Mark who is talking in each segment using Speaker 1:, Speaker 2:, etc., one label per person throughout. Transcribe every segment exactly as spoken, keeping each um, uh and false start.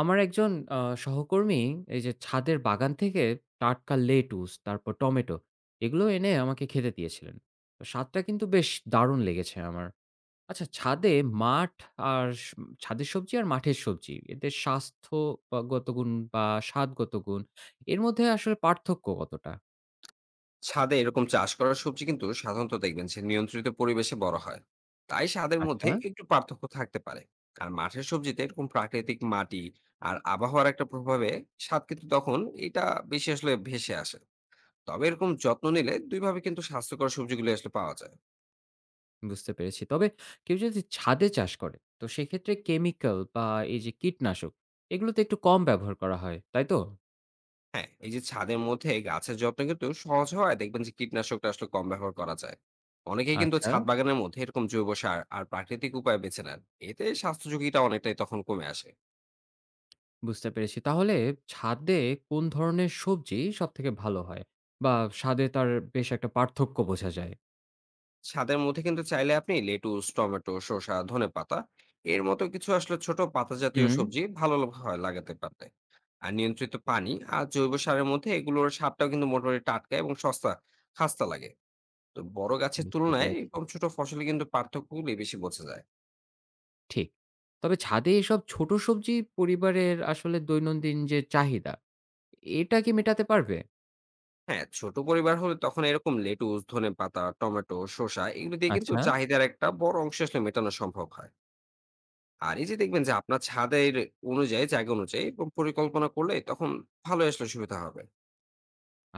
Speaker 1: আমার একজন আ সহকর্মী এই যে ছাদের বাগান থেকে টাটকা লেটুস, তারপর টমেটো এগুলো এনে আমাকে খেতে দিয়েছিলেন। তো স্বাদটা কিন্তু বেশ দারুণ লেগেছে আমার। আচ্ছা ছাদে মাঠ আর স ছাদের সবজি আর মাঠের সবজি এদের স্বাস্থ্য বা গত গুণ বা স্বাদগত গুণ এর মধ্যে আসলে পার্থক্য কতটা?
Speaker 2: ছাদে এরকম চাষ করা সবজি কিন্তু সাধারণত দেখবেন যে নিয়ন্ত্রিত পরিবেশে বড় হয়, তাই স্বাদের মধ্যে
Speaker 1: আচ্ছা।
Speaker 2: একটু পার্থক্য থাকতে পারে। আর মাঠের সবজিতে এরকম প্রাকৃতিক মাটি আর আবহাওয়ার একটা প্রভাবে স্বাদ কিন্তু তখন এটা বেশি আসলে ভেসে আসে। তবে এরকম যত্ন নিলে দুইভাবে কিন্তু স্বাস্থ্যকর সবজিগুলো আসলে পাওয়া যায়।
Speaker 1: হ্যাঁ, বুঝতে পেরেছি। তবে কেউ যদি ছাদে চাষ করে তো সেক্ষেত্রে কেমিক্যাল বা এই যে কীটনাশক এগুলো তো একটু কম ব্যবহার করা হয়, তাই তো?
Speaker 2: হ্যাঁ, এই যে ছাদের মধ্যে গাছের যত্ন কিন্তু সহজ হওয়ায় দেখবেন যে কীটনাশকটা আসলে কম ব্যবহার করা যায়। অনেকেই কিন্তু
Speaker 1: আচ্ছা।
Speaker 2: ছাদ বাগানের মধ্যে এরকম জৈব সার আর প্রাকৃতিক উপায় বেছে নেন। এতে স্বাস্থ্য ঝুঁকিটা অনেকটাই তখন কমে আসে।
Speaker 1: বুঝতে পেরেছি। তাহলে ছাদে কোন ধরনের সবজি সবথেকে ভালো হয়? বা স্বাদে তার বেশ একটা পার্থক্য বোঝা যায়?
Speaker 2: ছাদের মধ্যে কিন্তু চাইলে আপনি লেটুস, টমেটো, শসা, ধনেপাতা এর মতো কিছু আসলে ছোট পাতা জাতীয়
Speaker 1: হুম।
Speaker 2: সবজি ভালো হয় লাগাতে পারলে। আর নিয়ন্ত্রিত পানি আর জৈব সারের মধ্যে এগুলোর স্বাদটাও কিন্তু মোটামুটি টাটকা এবং সস্তা খাস্তা লাগে। তো বড় গাছের
Speaker 1: বুঝতে
Speaker 2: তুলনায়
Speaker 1: পেরেছি।
Speaker 2: এরকম ছোট ফসলে কিন্তু পার্থক্যগুলি বেশি বোঝা যায়।
Speaker 1: ঠিক। তবে ছাদে এসব ছোট সবজি পরিবারের আসলে দৈনন্দিন যে চাহিদা, এটা কি মেটাতে পারবে?
Speaker 2: হ্যাঁ, ছোট পরিবার হলে তখন এরকম লেটুস, ধনেপাতা, টমেটো, শসা এগুলো দিয়ে কিন্তু
Speaker 1: আচ্ছা।
Speaker 2: চাহিদার একটা বড় অংশ আসলে মেটানো সম্ভব হয়। আর এই যে দেখবেন যে আপনার ছাদের অনুযায়ী, জায়গা অনুযায়ী এবং পরিকল্পনা করলে তখন ভালো আসলে সুবিধা হবে।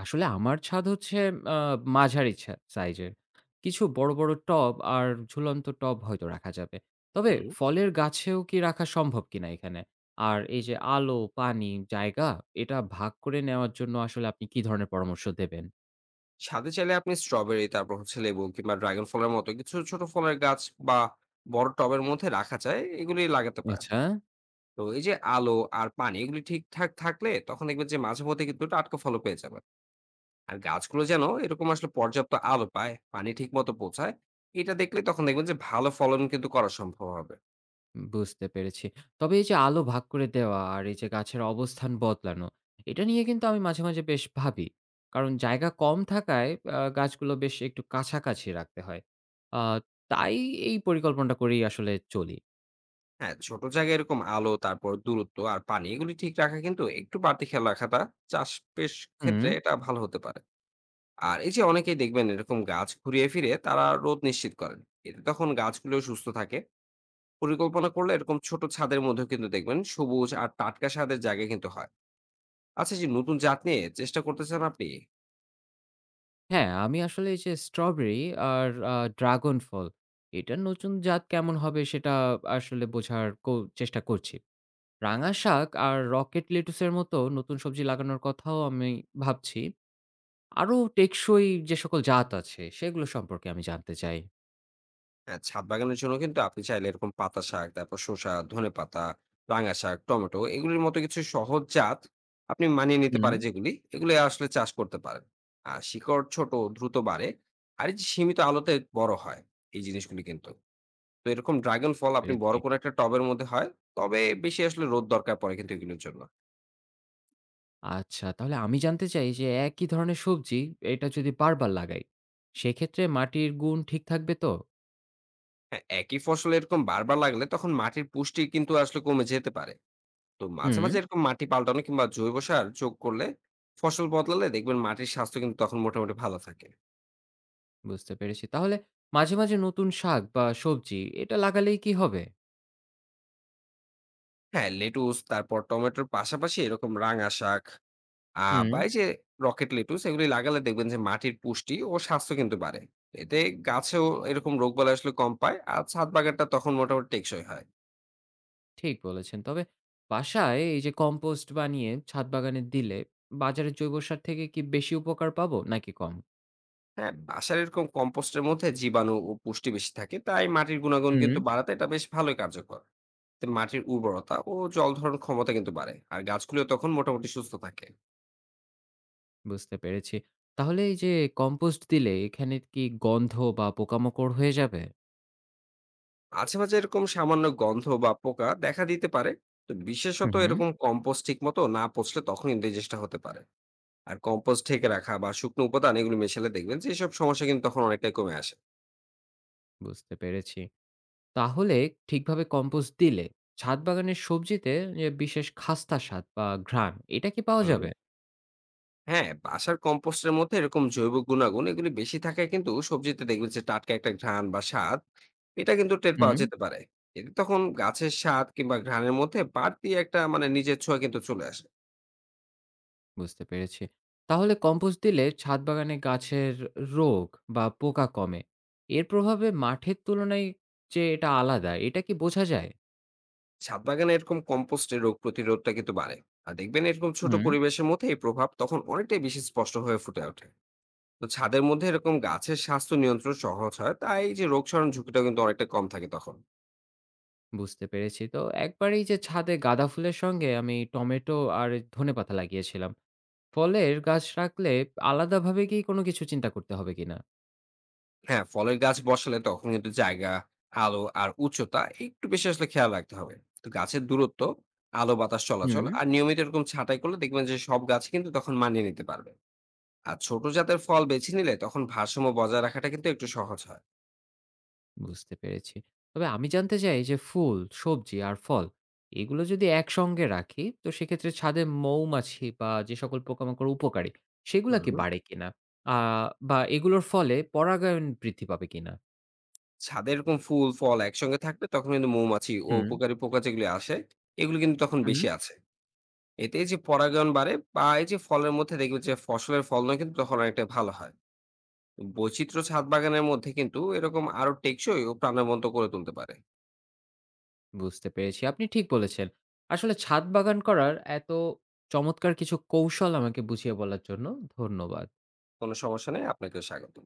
Speaker 1: আসলে আমার ছাদ হচ্ছে আ মাঝারি ছা সাইজের। কিছু বড়, বড় টব আর ঝুলন্ত টব হয়তো রাখা যাবে। তবে
Speaker 2: হুম।
Speaker 1: ফলের গাছেও কি রাখা সম্ভব কিনা এখানে? আর এই যে আলো, পানি, জায়গা এটা ভাগ করে নেওয়ার জন্য আসলে আপনি কি ধরনের পরামর্শ দেবেন?
Speaker 2: ছাদে চাইলে আপনি স্ট্রবেরি, তারপর হচ্ছে লেবু কিংবা ড্রাগন ফলের মতো কিছু ছোট ফলের গাছ বা বড় টবের মধ্যে রাখা যায়, এগুলি লাগাতে পারেন।
Speaker 1: আচ্ছা।
Speaker 2: তো এই যে আলো আর পানি এগুলি ঠিকঠাক থাকলে তখন দেখবেন যে মাঝে মধ্যে কিন্তু টাটকা ফলও পেয়ে যাবেন। আর গাছগুলো যেন এরকম আসলে পর্যাপ্ত আলো পায়, পানি ঠিক মতো পৌঁছায়। এটা দেখলে তখন দেখবেন যে ভালো ফলন কিন্তু করা সম্ভব হবে।
Speaker 1: বুঝতে পেরেছি। তবে এই যে আলো ভাগ করে দেওয়া আর এই যে গাছের অবস্থান বদলানো, এটা নিয়ে কিন্তু আমি মাঝে, মাঝে বেশ ভাবি। কারণ জায়গা কম থাকায় আ গাছগুলো বেশ একটু কাছাকাছি রাখতে হয়। আ তাই এই পরিকল্পনাটা করেই আসলে চলি।
Speaker 2: হ্যাঁ, ছোট জায়গায় এরকম আলো, তারপর দূরত্ব আর পানি এগুলি ঠিক রাখা কিন্তু একটু বাড়তি খেয়াল রাখাটা চাষ বেশ
Speaker 1: হুম।
Speaker 2: ক্ষেত্রে এটা ভালো হতে পারে। আর এই যে অনেকেই দেখবেন এরকম গাছ ঘুরিয়ে ফিরে তারা রোদ নিশ্চিত করেন। এতে তখন গাছগুলোও সুস্থ থাকে। পরিকল্পনা করলে এরকম ছোট ছাদের মধ্যেও কিন্তু দেখবেন সবুজ আর টাটকা স্বাদের জায়গা কিন্তু হয়। আচ্ছা, এই যে নতুন জাত নিয়ে চেষ্টা করতে চান আপনি?
Speaker 1: হ্যাঁ, আমি আসলে এই যে স্ট্রবেরি আর আ ড্রাগন ফল, এটার নতুন জাত কেমন হবে সেটা আসলে বোঝার কো চেষ্টা করছি। রাঙা শাক আর রকেট লেটুসের মতো নতুন সবজি লাগানোর কথাও আমি ভাবছি। আরো টেকসই যে সকল জাত আছে সেগুলো সম্পর্কে আমি জানতে চাই।
Speaker 2: হ্যাঁ, ছাদ বাগানের জন্য কিন্তু আপনি চাইলে এরকম পাতা শাক, তারপর শসা, ধনেপাতা, রাঙা শাক, টমেটো এগুলির মতো কিছু সহজ জাত আপনি মানিয়ে নিতে
Speaker 1: হুম।
Speaker 2: পারে যেগুলি, এগুলি আসলে চাষ করতে পারেন। আর শিকড় ছোট, দ্রুত বাড়ে। আর এই যে সীমিত আলোতে বড় হয় এই জিনিসগুলি কিন্তু। তো এরকম ড্রাগন
Speaker 1: বুঝতে
Speaker 2: ফল আপনি
Speaker 1: পেরেছি।
Speaker 2: বড় কোনো একটা টবের মধ্যে হয়। তবে বেশি আসলে রোদ দরকার পড়ে কিন্তু এগুলোর জন্য।
Speaker 1: আচ্ছা তাহলে আমি জানতে চাই যে একই ধরনের সবজি এটা যদি বারবার লাগাই, সেক্ষেত্রে মাটির গুণ ঠিক থাকবে তো?
Speaker 2: হ্যাঁ, একই ফসল এরকম বারবার লাগলে তখন মাটির পুষ্টি কিন্তু আসলে কমে যেতে পারে। তো মাঝে,
Speaker 1: হুম।
Speaker 2: মাঝে এরকম মাটি পাল্টানো কিংবা জৈব সার যোগ করলে ফসল বদলালে দেখবেন মাটির স্বাস্থ্য কিন্তু তখন মোটামুটি ভালো থাকে।
Speaker 1: বুঝতে পেরেছি। তাহলে মাঝে, মাঝে নতুন শাক বা সবজি এটা লাগালেই কি হবে?
Speaker 2: হ্যাঁ, লেটুস তারপর টমেটোর পাশাপাশি এরকম রাঙা শাক আ
Speaker 1: হুম।
Speaker 2: বা এই যে রকেট লেটুস এগুলি লাগালে দেখবেন যে মাটির পুষ্টি ও স্বাস্থ্য কিন্তু বাড়ে। এতে গাছেও এরকম রোগবালাই আসলে কম পায়। আর ছাদ বাগানটা তখন মোটামুটি টেকসই হয়।
Speaker 1: ঠিক বলেছেন। তবে বাসায় এই যে কম্পোস্ট বানিয়ে ছাদ বাগানে দিলে বাজারের জৈব সার থেকে কি বেশি উপকার পাবো নাকি কম?
Speaker 2: হ্যাঁ, বাসার এরকম কম্পোস্টের মধ্যে জীবাণু ও পুষ্টি বেশি থাকে। তাই মাটির গুণাগুণ
Speaker 1: হুম।
Speaker 2: কিন্তু বাড়াতে এটা বেশ ভালোই কার্যকর। তে মাটির উর্বরতা ও জল ধারণ ক্ষমতা কিন্তু বাড়ে, আর গাছগুলো তখন মোটামুটি সুস্থ থাকে।
Speaker 1: বুঝতে পেরেছি। তাহলে এই যে কম্পোস্ট দিলে এখানে কি গন্ধ বা পোকামাকড় হয়ে যাবে?
Speaker 2: মাঝে মাঝে এরকম সামান্য গন্ধ বা পোকা দেখা দিতে পারে। তো
Speaker 1: হুম,
Speaker 2: বিশেষত
Speaker 1: হুম।
Speaker 2: এরকম কম্পোস্ট ঠিক মতো না পচলে তখন কিন্তু এই জিনিসটা হতে পারে। আর কম্পোস্ট ঢেকে রাখা বা শুকনো উপাদান এগুলো মেশালে দেখবেন যে এসব সমস্যা কিন্তু তখন অনেকটাই কমে আসে।
Speaker 1: বুঝতে পেরেছি। তাহলে ঠিকভাবে কম্পোস্ট দিলে ছাদ বাগানের সবজিতে যে বিশেষ খাস্তা স্বাদ বা ঘ্রাণ এটা কি পাওয়া
Speaker 2: হুম।
Speaker 1: যাবে?
Speaker 2: হ্যাঁ, বাসার কম্পোস্টের মধ্যে এরকম জৈব গুণাগুণ এগুলি বেশি থাকায় কিন্তু সবজিতে দেখবেন যে টাটকা একটা ঘ্রাণ বা স্বাদ এটা কিন্তু টের পাওয়া
Speaker 1: হুম।
Speaker 2: যেতে পারে। এতে তখন গাছের স্বাদ কিংবা ঘ্রাণের মধ্যে বাড়তি একটা মানে নিজের ছোঁয়া কিন্তু চলে আসে।
Speaker 1: বুঝতে পেরেছি। তাহলে কম্পোস্ট দিলে ছাদ বাগানে গাছের রোগ বা পোকা কমে। এর প্রভাবে মাঠের তুলনায় যে এটা আলাদা এটা কি বোঝা যায়?
Speaker 2: ছাদ বাগানে এরকম কম্পোস্টের রোগ প্রতিরোধটা কিন্তু বাড়ে। আর দেখবেন এরকম ছোট
Speaker 1: হুম।
Speaker 2: পরিবেশের মধ্যে এই প্রভাব তখন অনেকটাই বেশি স্পষ্ট হয়ে ফুটে ওঠে। তো ছাদের মধ্যে এরকম গাছের স্বাস্থ্য নিয়ন্ত্রণ সহজ হয়, তাই এই যে রোগ সরণ ঝুঁকিটা কিন্তু অনেকটা কম থাকে তখন।
Speaker 1: বুঝতে পেরেছি। তো একবার এই যে ছাদে গাঁদা ফুলের সঙ্গে আমি টমেটো আর ধনেপাতা লাগিয়েছিলাম। ফলের গাছ রাখলে আলাদাভাবে কি কোনো কিছু চিন্তা করতে হবে কিনা?
Speaker 2: হ্যাঁ, ফলের গাছ বসালে তখন কিন্তু জায়গা, আলো আর উচ্চতা একটু বেশি আসলে খেয়াল রাখতে হবে। তো গাছের দূরত্ব, আলো বাতাস চলাচল
Speaker 1: হুম।
Speaker 2: আর নিয়মিত এরকম ছাঁটাই করলে দেখবেন যে সব গাছ কিন্তু তখন মানিয়ে নিতে পারবে। আর ছোট জাতের ফল বেছে নিলে তখন ভারসাম্য বজায় রাখাটা কিন্তু একটু সহজ হয়।
Speaker 1: বুঝতে পেরেছি। তবে আমি জানতে চাই যে ফুল, সবজি আর ফল এগুলো যদি একসঙ্গে রাখি তো সেক্ষেত্রে ছাদে মৌমাছি বা যে সকল পোকামাকড় উপকারী সেগুলা কি
Speaker 2: হুম।
Speaker 1: বাড়ে কিনা? আ বা এগুলোর ফলে পরাগায়ন বৃদ্ধি পাবে কিনা?
Speaker 2: ছাদে এরকম ফুল, ফল একসঙ্গে থাকলে তখন কিন্তু মৌমাছি ও
Speaker 1: হুম,
Speaker 2: উপকারী পোকা যেগুলি আসে এগুলো কিন্তু তখন
Speaker 1: হুম।
Speaker 2: বেশি আছে। এতে এই যে পরাগায়ন বাড়ে বা এই যে ফলের মধ্যে দেখবেন যে ফসলের ফলনও কিন্তু তখন অনেকটা ভালো হয়। বৈচিত্র্য ছাদ বাগানের মধ্যে কিন্তু এরকম আরো টেকসই ও প্রাণবন্ত করে তুলতে পারে।
Speaker 1: বুঝতে পেরেছি। আপনি ঠিক বলেছেন। আসলে ছাদ বাগান করার এত চমৎকার কিছু কৌশল আমাকে বুঝিয়ে বলার জন্য ধন্যবাদ।
Speaker 2: কোনো সমস্যা নেই, আপনাকে স্বাগত।